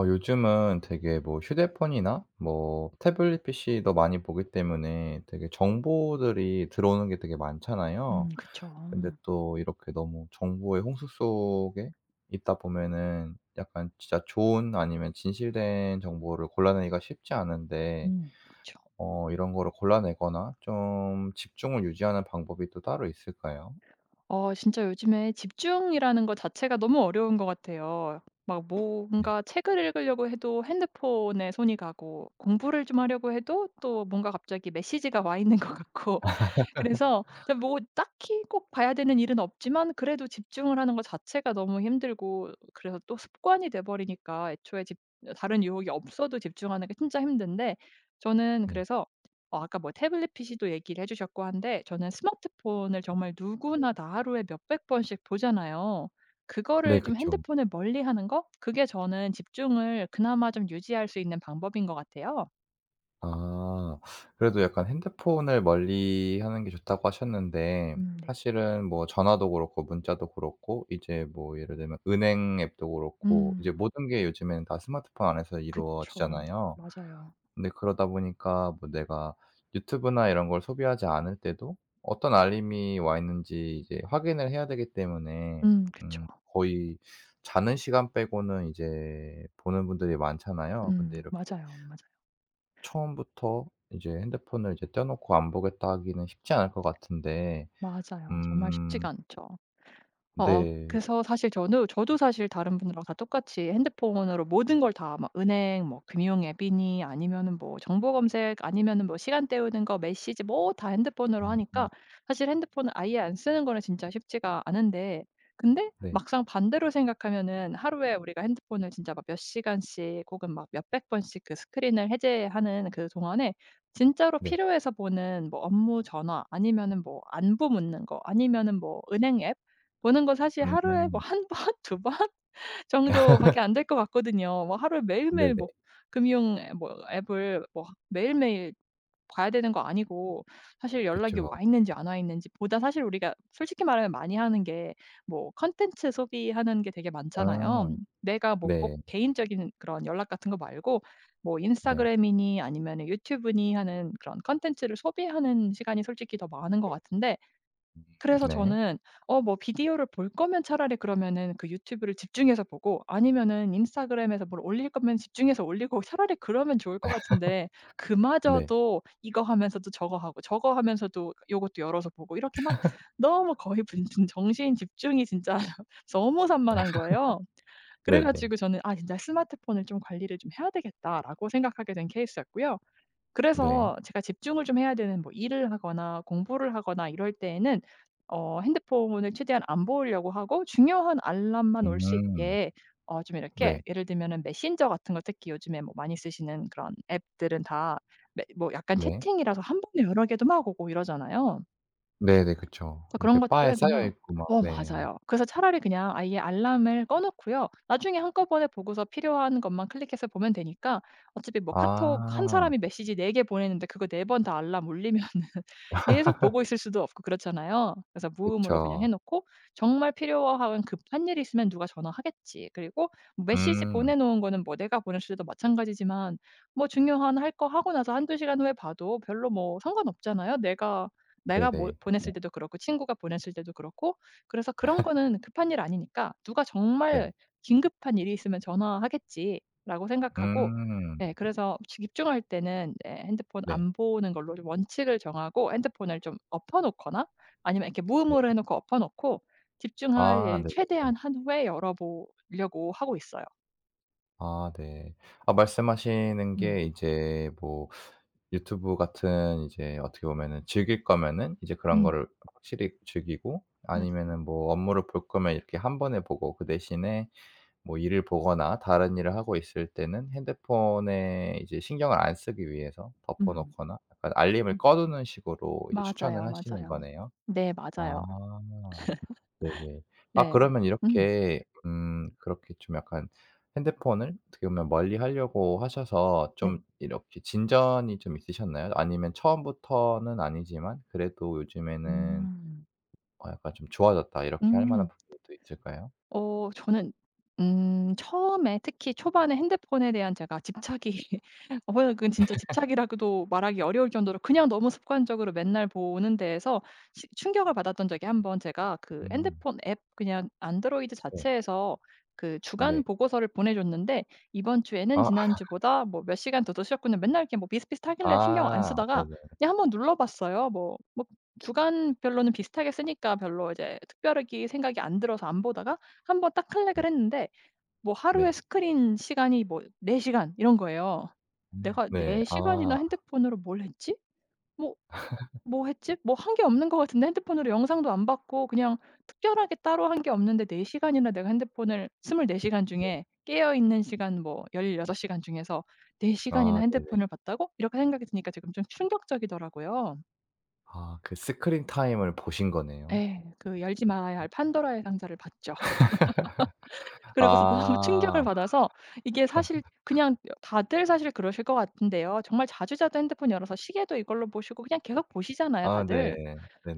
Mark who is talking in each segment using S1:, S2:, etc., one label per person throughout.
S1: 요즘은 되게 뭐 휴대폰이나 뭐 태블릿 PC도 많이 보기 때문에 되게 정보들이 들어오는 게 되게
S2: 음,
S1: 많잖아요. 근데
S2: 그쵸.
S1: 또 이렇게 너무 정보의 홍수 속에 있다 보면은 약간 진짜 좋은 아니면 진실된 정보를 골라내기가 쉽지 않은데
S2: 음, 그쵸.
S1: 이런 거를 골라내거나 좀 집중을 유지하는 방법이 또 따로 있을까요?
S2: 어, 진짜 요즘에 집중이라는 거 자체가 너무 어려운 것 같아요. 막
S1: 네.
S2: 뭔가 책을 읽으려고 해도 핸드폰에 손이 가고, 공부를 좀 하려고 해도 또 뭔가 갑자기 메시지가 와 있는 것 같고. 그래서 뭐 딱히 꼭 봐야 되는 일은 없지만 그래도 집중을 하는 것 자체가 너무 힘들고, 그래서 또 습관이 돼 버리니까 애초에 집 다른 유혹이 없어도 집중하는 게 진짜 힘든데. 저는
S1: 네.
S2: 그래서 어, 아까 뭐 태블릿 PC도 얘기를 해 주셨고 한데, 저는 스마트폰을 정말 누구나 다 하루에 몇백 번씩 보잖아요.
S1: 네.
S2: 그거를 좀
S1: 그쵸.
S2: 핸드폰을 멀리하는 거? 그게 저는 집중을 그나마 좀 유지할 수 있는 방법인 것 같아요.
S1: 아. 그래도 약간 핸드폰을 멀리하는 게 좋다고 하셨는데
S2: 음, 네.
S1: 사실은 뭐 전화도 그렇고 문자도 그렇고 이제 뭐 예를 들면 은행 앱도 그렇고 이제
S2: 음.
S1: 모든 게 요즘에는 다 스마트폰 안에서
S2: 그쵸.
S1: 이루어지잖아요.
S2: 맞아요.
S1: 근데 그러다 보니까 뭐 내가 유튜브나 이런 걸 소비하지 않을 때도 어떤 알림이 와 있는지 이제 확인을 해야 되기 때문에
S2: 음, 그쵸.
S1: 음 거의 자는 시간 빼고는 이제 보는 분들이 많잖아요.
S2: 음,
S1: 근데 이렇게
S2: 맞아요, 맞아요.
S1: 처음부터 이제 핸드폰을 이제 떼어 놓고 안 보겠다 하기는 쉽지 않을 것 같은데
S2: 맞아요. 정말
S1: 음
S2: 쉽지가 않죠. 어어.
S1: 네.
S2: 그래서 사실 저는, 저도 사실 다른 분들하고 다 똑같이 핸드폰으로 모든 걸 다 막 은행 뭐 금융 앱이니, 아니면은 뭐 정보 검색, 아니면은 뭐 시간 때우는 거, 메시지, 뭐 다 핸드폰으로
S1: 음
S2: 하니까 사실 핸드폰을 아예 안 쓰는 거는 진짜 쉽지가 않은데. 근데
S1: 네.
S2: 막상 반대로 생각하면은 하루에 우리가 핸드폰을 진짜 막 몇 시간씩 혹은 막 몇백 번씩 그 스크린을 해제하는 그 동안에 진짜로
S1: 네.
S2: 필요해서 보는 뭐 업무 전화, 아니면은 뭐 안부 묻는 거, 아니면은 뭐 은행 앱 보는 건 사실 하루에 뭐
S1: 음
S2: 한 번, 두 번 정도밖에 안 될 것 같거든요. 뭐 하루에 매일매일
S1: 네네.
S2: 뭐 금융 앱, 뭐 앱을 뭐 매일매일 봐야 되는 거 아니고, 사실 연락이
S1: 그쵸.
S2: 와 있는지 안 와 있는지 보다 사실 우리가 솔직히 말하면 많이 하는 게 뭐 컨텐츠 소비하는 게 되게 많잖아요.
S1: 아
S2: 내가 뭐 꼭
S1: 네.
S2: 개인적인 그런 연락 같은 거 말고 뭐
S1: 네.
S2: 인스타그램이니 아니면 유튜브니 하는 그런 컨텐츠를 소비하는 시간이 솔직히 더 많은 것 같은데. 그래서
S1: 네.
S2: 저는 어, 뭐 비디오를 볼 거면 차라리 그러면은 그 유튜브를 집중해서 보고, 아니면은 인스타그램에서 뭘 올릴 거면 집중해서 올리고 차라리 그러면 좋을 것 같은데,
S1: 네.
S2: 그마저도 이거 하면서도 저거 하고 저거 하면서도 요것도 열어서 보고 이렇게 막 너무 거의 무슨 정신 집중이 진짜 너무 산만한 거예요. 그래
S1: 네네. 네.
S2: 가지고 저는 '아, 진짜 스마트폰을 좀 관리를 좀 해야 되겠다.'라고 생각하게 된 케이스였고요.
S1: 네.
S2: 그래서 제가 집중을 좀 해야 되는 뭐 일을 하거나 공부를 하거나 이럴 때에는 어, 핸드폰을 최대한 안 보려고 하고 중요한 알람만 올 수
S1: 음
S2: 있게 어, 좀 이렇게
S1: 네.
S2: 예를 들면은 메신저 같은 거 특히 요즘에 뭐 많이 쓰시는 그런 앱들은 다 매 뭐 약간
S1: 네.
S2: 채팅이라서 한 번에 여러 개도 막 오고 이러잖아요.
S1: 네네. 그쵸.
S2: 그래서 그런
S1: 이렇게
S2: 것들
S1: 바에
S2: 은
S1: 쌓여
S2: 그냥
S1: 있고 막
S2: 어,
S1: 네.
S2: 맞아요. 그래서 차라리 그냥 아예 알람을 꺼 놓고요. 나중에 한꺼번에 보고서 필요한 것만 클릭해서 보면 되니까. 어차피 뭐 카톡 한
S1: 아
S2: 사람이 메시지 4개 보내는데 그거 4번 다 알람 울리면은 계속 보고 있을 수도 없고 그렇잖아요. 그래서 무음으로 그냥 해
S1: 그쵸.
S2: 놓고, 정말 필요한 급한 일이 있으면 누가 전화하겠지. 그리고 뭐 메시지 보내
S1: 음
S2: 놓은 거는 뭐 내가 보냈을 때도 마찬가지지만 뭐 중요한 할 거 하고 나서 한두 시간 후에 봐도 별로 뭐 상관없잖아요. 내가 뭘
S1: 네네.
S2: 보냈을
S1: 그쵸.
S2: 때도 그렇고 친구가 보냈을 때도 그렇고. 그래서 그런 거는 급한 일 아니니까 '누가
S1: 네.
S2: 정말 긴급한 일이 있으면 전화하겠지.'라고 생각하고
S1: 음
S2: 네, 그래서 집 집중할 때는 네, 핸드폰
S1: 네.
S2: 안 보는 걸로 좀 원칙을 정하고 핸드폰을 좀 엎어 놓거나 아니면 이렇게
S1: 네.
S2: 무음으로 해 놓고 엎어 놓고 집중할
S1: 아
S2: 일 최대한
S1: 네네네.
S2: 한 후에 열어 보려고 하고 있어요.
S1: 아 네. 아 말씀하시는
S2: 음.
S1: 게 이제 뭐 유튜브 같은 이제 어떻게 보면은 즐길 거면은 이제 그런
S2: 음.
S1: 거를 확실히 즐기고 아니면은
S2: 맞아요.
S1: 뭐 업무를 볼 거면 이렇게 한 번에 보고 그 대신에 뭐 일을 보거나 다른 일을 하고 있을 때는 핸드폰에 이제 신경을 안 쓰기 위해서 덮어
S2: 음.
S1: 놓거나 약간 알림을
S2: 음.
S1: 꺼 두는 식으로 이제
S2: 맞아요,
S1: 추천을 하시는
S2: 맞아요.
S1: 거네요.
S2: 네,
S1: 아.
S2: 맞아요.
S1: 네네. 아
S2: 네.
S1: 그러면
S2: 음.
S1: 이렇게 그렇게 좀 약간 핸드폰을 어떻게 보면 멀리하려고 하셔서
S2: 네.
S1: 좀 이렇게 진전이 좀 있으셨나요? 아니면 처음부터는 아니지만 그래도 요즘에는
S2: 음.
S1: 약간 좀 좋아졌다 이렇게 할 만한
S2: 음.
S1: 부분도 있을까요?
S2: 어, 저는 음, 처음에 특히 초반에 핸드폰에 대한 제가 집착이 어, 그건 진짜 집착이라고도 말하기 어려울 정도로 그냥 너무 습관적으로 맨날 보는 데에서 시 충격을 받았던 적이 한 번, 제가 그
S1: 음.
S2: 핸드폰 앱 그냥 안드로이드
S1: 네.
S2: 자체에서 그 주간
S1: 네.
S2: 보고서를 보내 줬는데 "이번 주에는
S1: 아.
S2: 지난주보다 뭐 몇 시간 더 드셨군요." 맨날 이렇게 뭐 비슷비슷하길래 신경 안
S1: 아
S2: 쓰다가
S1: 네네.
S2: 그냥 한번 눌러 봤어요. 뭐, 주간별로는 비슷하게 쓰니까 별로 이제 특별하게 생각이 안 들어서 안 보다가 한 번 딱 클릭을
S1: 네.
S2: 했는데 뭐 하루에
S1: 네.
S2: 스크린 시간이 뭐 4 시간 이런 거예요. 내가
S1: 네.
S2: 4 시간이나
S1: 아
S2: 핸드폰으로 뭘 했지? 뭐 뭐 했지? 뭐 한 게 없는 것 같은데 핸드폰으로 영상도 안 봤고 그냥 특별하게 따로 한 게 없는데 4 시간이나, 내가 핸드폰을 24 시간
S1: 네.
S2: 중에 깨어 있는 시간 뭐 16 시간 중에서 4 시간이나
S1: 아 네네.
S2: 핸드폰을 봤다고? 이렇게 생각이 드니까 지금 좀 충격적이더라고요.
S1: 아 그 스크린 타임을 보신 거네요.
S2: 예. 그 열지 말아야 할 판도라의 상자를 봤죠. 그러고서 너무 충격을
S1: 아.
S2: 받아서 이게 사실 그냥 다들 사실 그러실 것 같은데요. 정말 자주자주 핸드폰 열어서 시계도 이걸로 보시고 그냥 계속 보시잖아요,
S1: 아 네.
S2: 다들.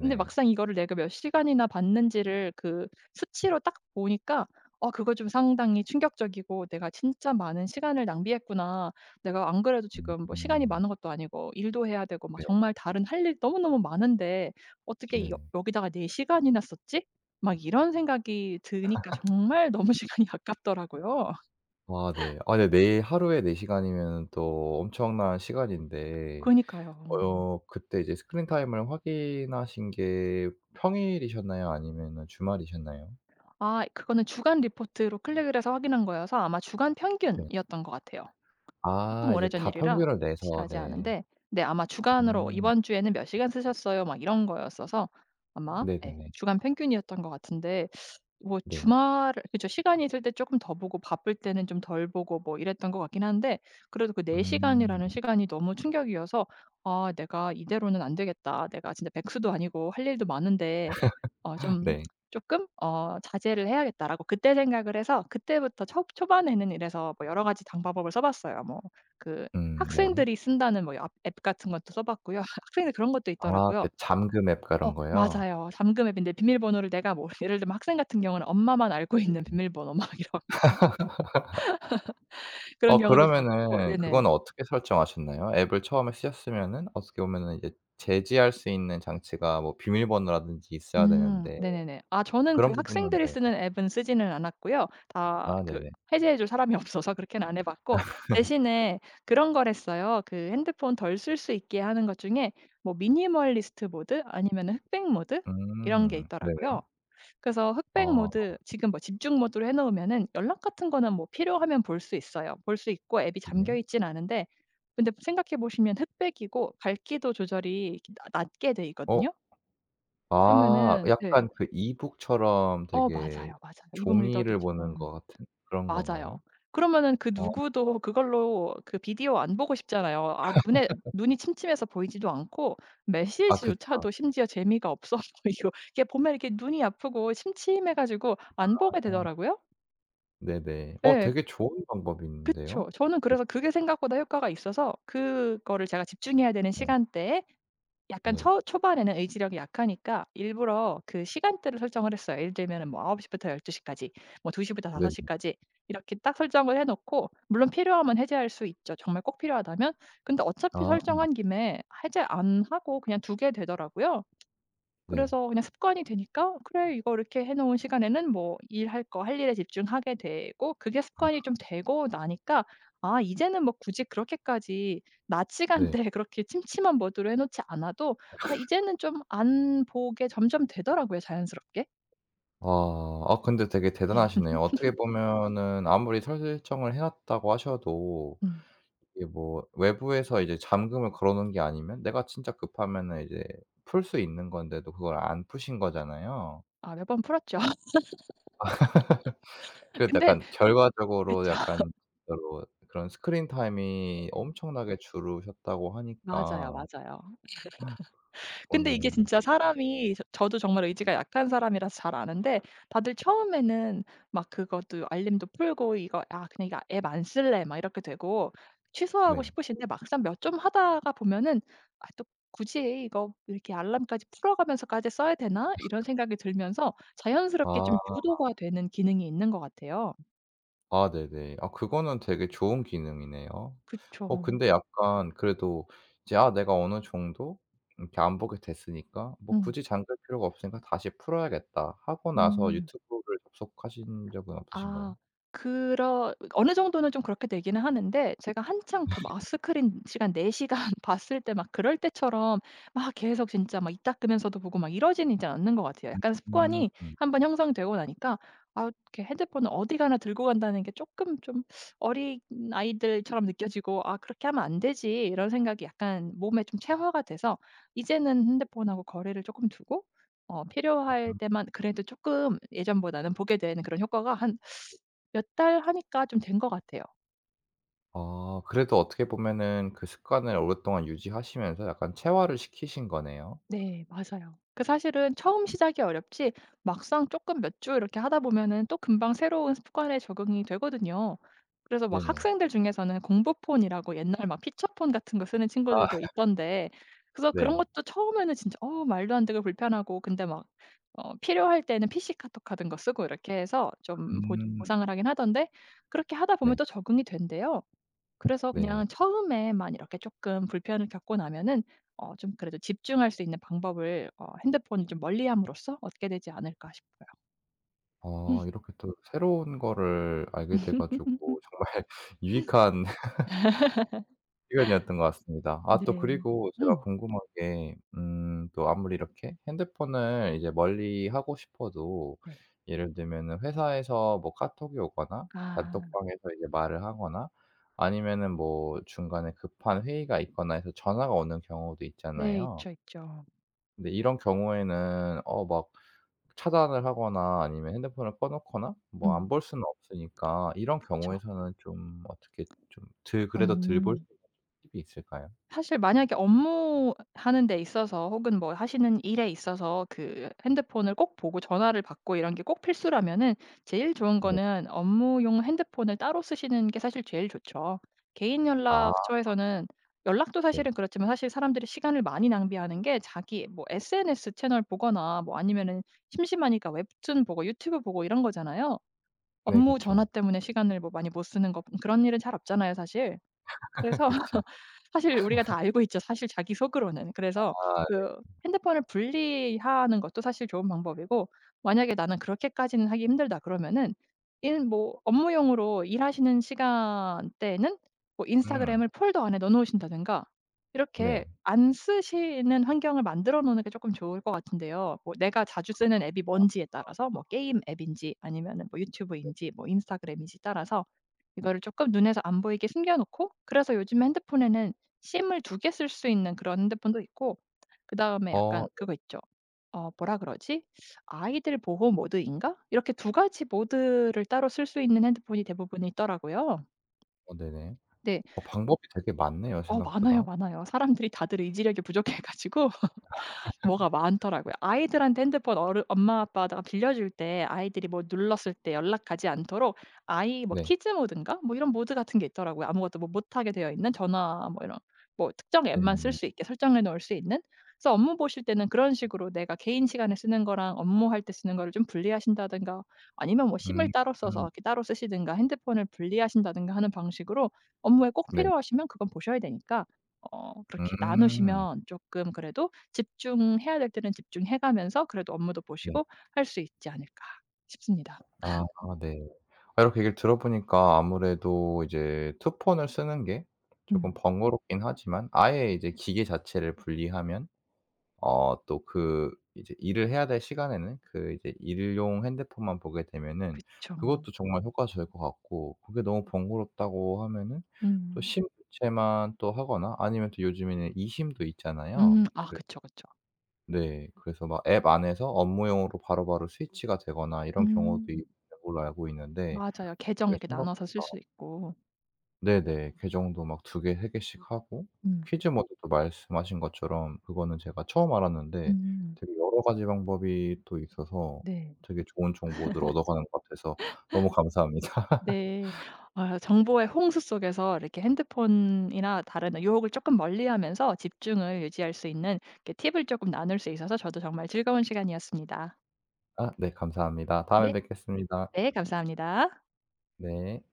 S2: 근데 막상 이거를 내가 몇 시간이나 봤는지를 그 수치로 딱 보니까 아, 그거 좀 상당히 충격적이고 '내가 진짜 많은 시간을 낭비했구나. 내가 안 그래도 지금 뭐 시간이
S1: 음.
S2: 많은 것도 아니고 일도 해야 되고 막
S1: 네.
S2: 정말 다른 할 일 너무너무 많은데 어떻게 여
S1: 네네.
S2: 여기다가 내 시간이나 썼지?' 막 이런 생각이 드니까 정말 너무 시간이 아깝더라고요.
S1: 아 네. 아 네 매일 하루에 4시간 시간이면은 또 엄청난 시간인데
S2: 그니까요.
S1: 그때 이제 스크린 타임을 확인하신 게 평일이셨나요? 아니면은 주말이셨나요?
S2: 아, 그거는 주간 리포트로 클릭을 해서 확인한 거여서 아마 주간
S1: 네.
S2: 평균이었던 것 같아요. 조금
S1: 아 이제
S2: 오래전
S1: 다
S2: 일이라
S1: 평균을 내서
S2: 확실하지
S1: 네.
S2: 않은데 네, 아마 주간으로
S1: 음.
S2: "이번 주에는 몇 시간 쓰셨어요." 막 이런 거였어서 아마 예
S1: 네네네.
S2: 주간 평균이었던 것 같은데 뭐
S1: 네.
S2: 주말 그죠. 시간이 있을 때 쪼끔 더 보고 바쁠 때는 좀 덜 보고 뭐 이랬던 것 같긴 한데 그래도 그 4
S1: 음.
S2: 시간이라는 시간이 너무 충격이어서 '아, 내가 이대로는 안 되겠다. 내가 진짜 백수도 아니고 할 일도 많은데 어, 좀
S1: 네.
S2: 쪼끔 어, 자제를 해야겠다.'라고 그때 생각을 해서, 그때부터 초 초반에는 이래서 뭐 여러 가지 방법을 써 봤어요. 뭐 그
S1: 네.
S2: 학생들이 쓴다는 뭐 앱 같은 것도 써 봤고요. 학생들 그런 것도
S1: 아
S2: 있더라고요.
S1: 그 잠금 앱
S2: 어,
S1: 그런 거요?
S2: 맞아요. 잠금 앱인데 비밀번호를 내가 뭐 예를 들면 학생 같은 경우는 엄마만 알고 있는 비밀번호 막 이런 거, 그런 경우도 봤고
S1: 그러면은
S2: 네네.
S1: 그건 어떻게 설정하셨나요? 앱을 처음에 쓰셨으면은 어떻게 보면은 이제 제지할 수 있는 장치가 뭐 비밀번호라든지 있어야
S2: 음,
S1: 되는데
S2: 네네네. 아, 저는 그
S1: 그런 부분은
S2: 학생들이
S1: 네.
S2: 쓰는 앱은 쓰지는 않았고요. 다
S1: 아
S2: 그
S1: 네네.
S2: 해제해 줄 사람이 없어서 그렇게는 안 해 봤고 대신에 그런 걸 했어요. 그 핸드폰 덜 쓸 수 있게 하는 것 중에 뭐 미니멀리스트 모드 아니면은 흑백 모드 이런 게
S1: 네네.
S2: 있더라고요. 그래서 흑백
S1: 아
S2: 모드, 지금 뭐 집중 모드로 해 놓으면은 연락 같은 거는 뭐 필요하면 볼 수 있어요. 볼 수 있고 앱이 잠겨
S1: 네.
S2: 있진 않은데 근데 생각해 보시면 흑백이고 밝기도 조절이 이렇게 낮 낮게 돼
S1: 어
S2: 있거든요. 그러면은 네.
S1: 약간 그 이북처럼
S2: 어,
S1: 되게
S2: 맞아요, 맞아요. 이북
S1: 종이를 보는
S2: 리더기처럼.
S1: 것 같은 그런
S2: 맞아요.
S1: 건가요?
S2: 그러면은 그
S1: 어
S2: 누구도 그걸로 그 비디오 안 보고 싶잖아요. 아, 눈에 눈이 침침해서 보이지도 않고,
S1: 아 그쵸.
S2: 메시지조차도 심지어 재미가 없어 보이고, 이게 보면 이렇게 눈이 아프고 침침해 가지고 안 보게
S1: 아
S2: 되더라고요.
S1: 네네. 어
S2: 예.
S1: 되게 좋은 방법인데요.
S2: 그쵸. 저는 그래서 그게 생각보다 효과가 있어서 그거를 제가 집중해야 되는
S1: 듣고
S2: 시간대에 약간
S1: 네.
S2: 초 초반에는 의지력이 약하니까 일부러 그 시간대를 설정을 했어요. 예를 들면은 뭐 9 시부터 12 시까지 뭐 2 시부터 5
S1: 네네.
S2: 시까지 이렇게 딱 설정을 해 놓고, 물론 필요하면 해제할 수 있죠, 정말 꼭 필요하다면. 근데 어차피
S1: 아
S2: 설정한 김에 해제 안 하고 그냥 두게 되더라고요.
S1: 네.
S2: 그래서 그냥 습관이 되니까 '그래 이거 이렇게 해 놓은 시간에는 뭐 일할 거 할 일에 집중하게 되고' 그게 습관이 좀 되고 나니까 '아, 이제는 뭐 굳이 그렇게까지 낮
S1: 네.
S2: 시간대에 그렇게 침침한 모드로 해 놓지 않아도 아, 이제는 좀 안 보게 점점 되더라고요 자연스럽게.'
S1: 아. 아 근데 되게 대단하시네요. 어떻게 보면은 아무리 설정을 해 놨다고 하셔도
S2: 음.
S1: 이게 뭐 외부에서 이제 잠금을 걸어 놓은 게 아니면 내가 진짜 급하면은 이제 풀 수 있는 건데도 그걸 안 푸신 거잖아요.
S2: 아, 몇 번 풀었죠.
S1: 그래서
S2: 근데
S1: 약간 결과적으로
S2: 그쵸.
S1: 약간 진짜로 그런 스크린 타임이 엄청나게 줄으셨다고
S2: 맞아요. 맞아요,
S1: 하니까
S2: 맞아요. 근데 이게
S1: 그거는
S2: 진짜 사람이, 저도 정말 의지가 약한 사람이라서 잘 아는데 다들 처음에는 막 그것도 알림도 풀고 이거 '아, 그냥 이거 앱 안 쓸래.' 막 이렇게 되고 취소하고
S1: 네.
S2: 싶으신데 막상 몇 좀 하다가 보면은 '아, 또 굳이 이거 이렇게 알람까지 풀어가면서까지 써야 되나?' 이런 생각이 들면서 자연스럽게 좀
S1: 아.
S2: 유도가 되는 기능이 있는 것 같아요.
S1: 아 네네. 아 그거는 되게 좋은 기능이네요.
S2: 그쵸.
S1: 근데 약간 그래도 이제 '아 내가 어느 정도 이렇게 안 보게 됐으니까 뭐
S2: 음.
S1: 굳이 잠글 필요가 없으니까 다시 풀어야겠다.' 하고 나서
S2: 음.
S1: 유튜브를 접속하신 적은
S2: 아.
S1: 없으신가요?
S2: 그러 어느 정도는 좀 그렇게 되기는 하는데 제가 한창 그 막 스크린 시간 4 시간 봤을 때 막 그럴 때처럼 막 계속 진짜 막 입 닦으면서도 보고 막 이러지는 이제 않는 것 같아요. 약간 습관이
S1: 음.
S2: 한번 형성되고 나니까 아, 이렇게 핸드폰을 어디 가나 들고 간다는 게 조금 좀 어린 아이들처럼 느껴지고 '아, 그렇게 하면 안 되지.' 이런 생각이 약간 몸에 좀 체화가 돼서 이제는 핸드폰하고 거리를 조금 두고 어, 필요할 때만 그래도 조금 예전보다는 보게 되는 그런 효과가 한 몇 달 하니까 좀 된 것 같아요.
S1: 아 그래도 어떻게 보면은 그 습관을 오랫동안 유지하시면서 약간 체화를 시키신 거네요.
S2: 네, 맞아요. 그 사실은 처음 시작이 어렵지 막상 쪼끔 몇 주 이렇게 하다 보면은 또 금방 새로운 습관에 적응이 되거든요. 그래서 막
S1: 네네.
S2: 학생들 중에서는 공부폰이라고 옛날 막 피처폰 같은 거 쓰는
S1: 아
S2: 친구들도 있던데 그래서 그런
S1: 네.
S2: 것도 처음에는 진짜 어, 말도 안 되고 불편하고 근데 막 어, 필요할 때는 PC 카톡 같은 거 쓰고 이렇게 해서 좀 보
S1: 음.
S2: 보상을 하긴 하던데 그렇게 하다 보면
S1: 네.
S2: 또 적응이 된대요. 그래서
S1: 네.
S2: 그냥 처음에만 이렇게 조금 불편을 겪고 나면은 어, 좀 그래도 집중할 수 있는 방법을 어, 핸드폰을 좀 멀리함으로써 얻게 되지 않을까 싶어요.
S1: 아 이렇게 또 새로운 거를 알게 돼 가지고 정말 유익한 시간이었던 것 같습니다. 아 또
S2: 네.
S1: 그리고 제가
S2: 음.
S1: 궁금한 게 또 아무리 이렇게 핸드폰을 이제 멀리하고 싶어도
S2: 네.
S1: 예를 들면은 회사에서 뭐 카톡이 오거나
S2: 아,
S1: 단톡방에서 이제 말을 하거나 아니면은 뭐 중간에 급한 회의가 있거나 해서 전화가 오는 경우도
S2: 네.
S1: 있잖아요.
S2: 있죠, 있죠.
S1: 근데 이런 경우에는 막 차단을 하거나 아니면 핸드폰을 꺼 놓거나 뭐 안
S2: 음.
S1: 볼 수는 없으니까 이런
S2: 그쵸.
S1: 경우에서는 좀 어떻게 좀 덜 그래도 덜 볼 수
S2: 음.
S1: 있는 팁이 있을까요?
S2: 사실 만약에 업무하는 데 있어서 혹은 뭐 하시는 일에 있어서 그 핸드폰을 꼭 보고 전화를 받고 이런 게 꼭 필수라면은 제일 좋은
S1: 네.
S2: 거는 업무용 핸드폰을 따로 쓰시는 게 사실 제일 좋죠. 개인
S1: 아
S2: 연락처에서는 연락도
S1: 네.
S2: 사실은 그렇지만 사실 사람들이 시간을 많이 낭비하는 게 자기 뭐 SNS 채널 보거나 뭐 아니면은 심심하니까 웹툰 보고 유튜브 보고 이런 거잖아요.
S1: 네
S2: 업무 전화
S1: 그쵸.
S2: 때문에 시간을 뭐 많이 못 쓰는 거 그런 일은 잘 없잖아요, 사실. 그래서
S1: 그쵸.
S2: 사실 우리가 다 알고 있죠, 사실 자기 속으로는. 그래서
S1: 아
S2: 그 핸드폰을 분리하는 것도 사실 좋은 방법이고 만약에 '나는 그렇게까지는 하기 힘들다.' 그러면은 인 뭐 업무용으로 일하시는 시간대에는 뭐
S1: 음
S2: 인스타그램을 폴더 안에 넣어 놓으신다든가 이렇게
S1: 네.
S2: 안 쓰시는 환경을 만들어 놓는 게 조금 좋을 것 같은데요. 뭐 내가 자주 쓰는 앱이 뭔지에 따라서 뭐 게임 앱인지 아니면은 뭐 유튜브인지 뭐 인스타그램인지 따라서 이거를 조금 눈에서 안 보이게 숨겨 놓고. 그래서 요즘 핸드폰에는 심을 두 개 쓸 수 있는 그런 핸드폰도 있고 그다음에 약간
S1: 어
S2: 그거 있죠. 어, 뭐라 그러지? 아이들 보호 모드인가? 이렇게 두 가지 모드를 따로 쓸 수 있는 핸드폰이 대부분이 있더라고요.
S1: 어 네네.
S2: 네.
S1: 어 방법이 되게 많네요
S2: 어, 많아요,
S1: 생각보다.
S2: 많아요. 사람들이 다들 의지력이 부족해 가지고 뭐가 많더라고요. 아이들한테 핸드폰 어르 엄마 아빠가 빌려줄 때 아이들이 뭐 눌렀을 때 연락 가지 않도록 아이 뭐
S1: 네.
S2: 키즈 모드인가? 뭐 이런 모드 같은 게 있더라고요. 아무것도 뭐 못하게 되어 있는 전화 뭐 이런 뭐 특정 앱만 쓸
S1: 네네네.
S2: 수 있게 설정해 놓을 수 있는. 그래서 업무 보실 때는 그런 식으로 내가 개인 시간에 쓰는 거랑 업무할 때 쓰는 거를 좀 분리하신다든가 아니면 뭐 심을
S1: 음
S2: 따로 써서 이렇게 따로 쓰시든가 핸드폰을 분리하신다든가 하는 방식으로 업무에 꼭
S1: 네.
S2: 필요하시면 그건 보셔야 되니까 어, 그렇게
S1: 음
S2: 나누시면 조금 그래도 집중해야 될 때는 집중해 가면서 그래도 업무도
S1: 네.
S2: 보시고 할 수 있지 않을까 싶습니다.
S1: 아 네. 아 이렇게 얘기를 들어보니까 아무래도 이제 투폰을 쓰는 게 조금
S2: 음.
S1: 번거롭긴 하지만 아예 이제 기계 자체를 분리하면 또 그 이제 일을 해야 될 시간에는 그 이제 일용 핸드폰만 보게 되면은
S2: 그쵸.
S1: 그것도 정말 효과적일 것 같고 그게 너무 번거롭다고 하면은 또
S2: 음.
S1: 심부채만 또 하거나 아니면 또 요즘에는 이심도 있잖아요.
S2: 음. 아,
S1: 그래
S2: 그쵸, 그쵸.
S1: 네. 그래서 막 앱 안에서 업무용으로 바로바로 스위치가 되거나 이런 경우도
S2: 음.
S1: 있는 걸로 알고 있는데
S2: 맞아요. 계정 이렇게
S1: 게각
S2: 나눠서 쓸 수 있고.
S1: 네네. 계정도 막 2개 개 3개 개씩 하고
S2: 음.
S1: 퀴즈 모드도 말씀하신 것처럼 그거는 제가 처음 알았는데
S2: 음.
S1: 되게 여러 가지 방법이 또 있어서
S2: 네.
S1: 되게 좋은 정보들 얻어가는 것 같아서 너무 감사합니다.
S2: 네. 아, 정보의 홍수 속에서 이렇게 핸드폰이나 다른 유혹을 쪼끔 멀리하면서 집중을 유지할 수 있는 이렇게 팁을 쪼끔 나눌 수 있어서 저도 정말 즐거운 시간이었습니다.
S1: 아 네 감사합니다. 다음에
S2: 네.
S1: 뵙겠습니다.
S2: 네, 감사합니다.
S1: 네.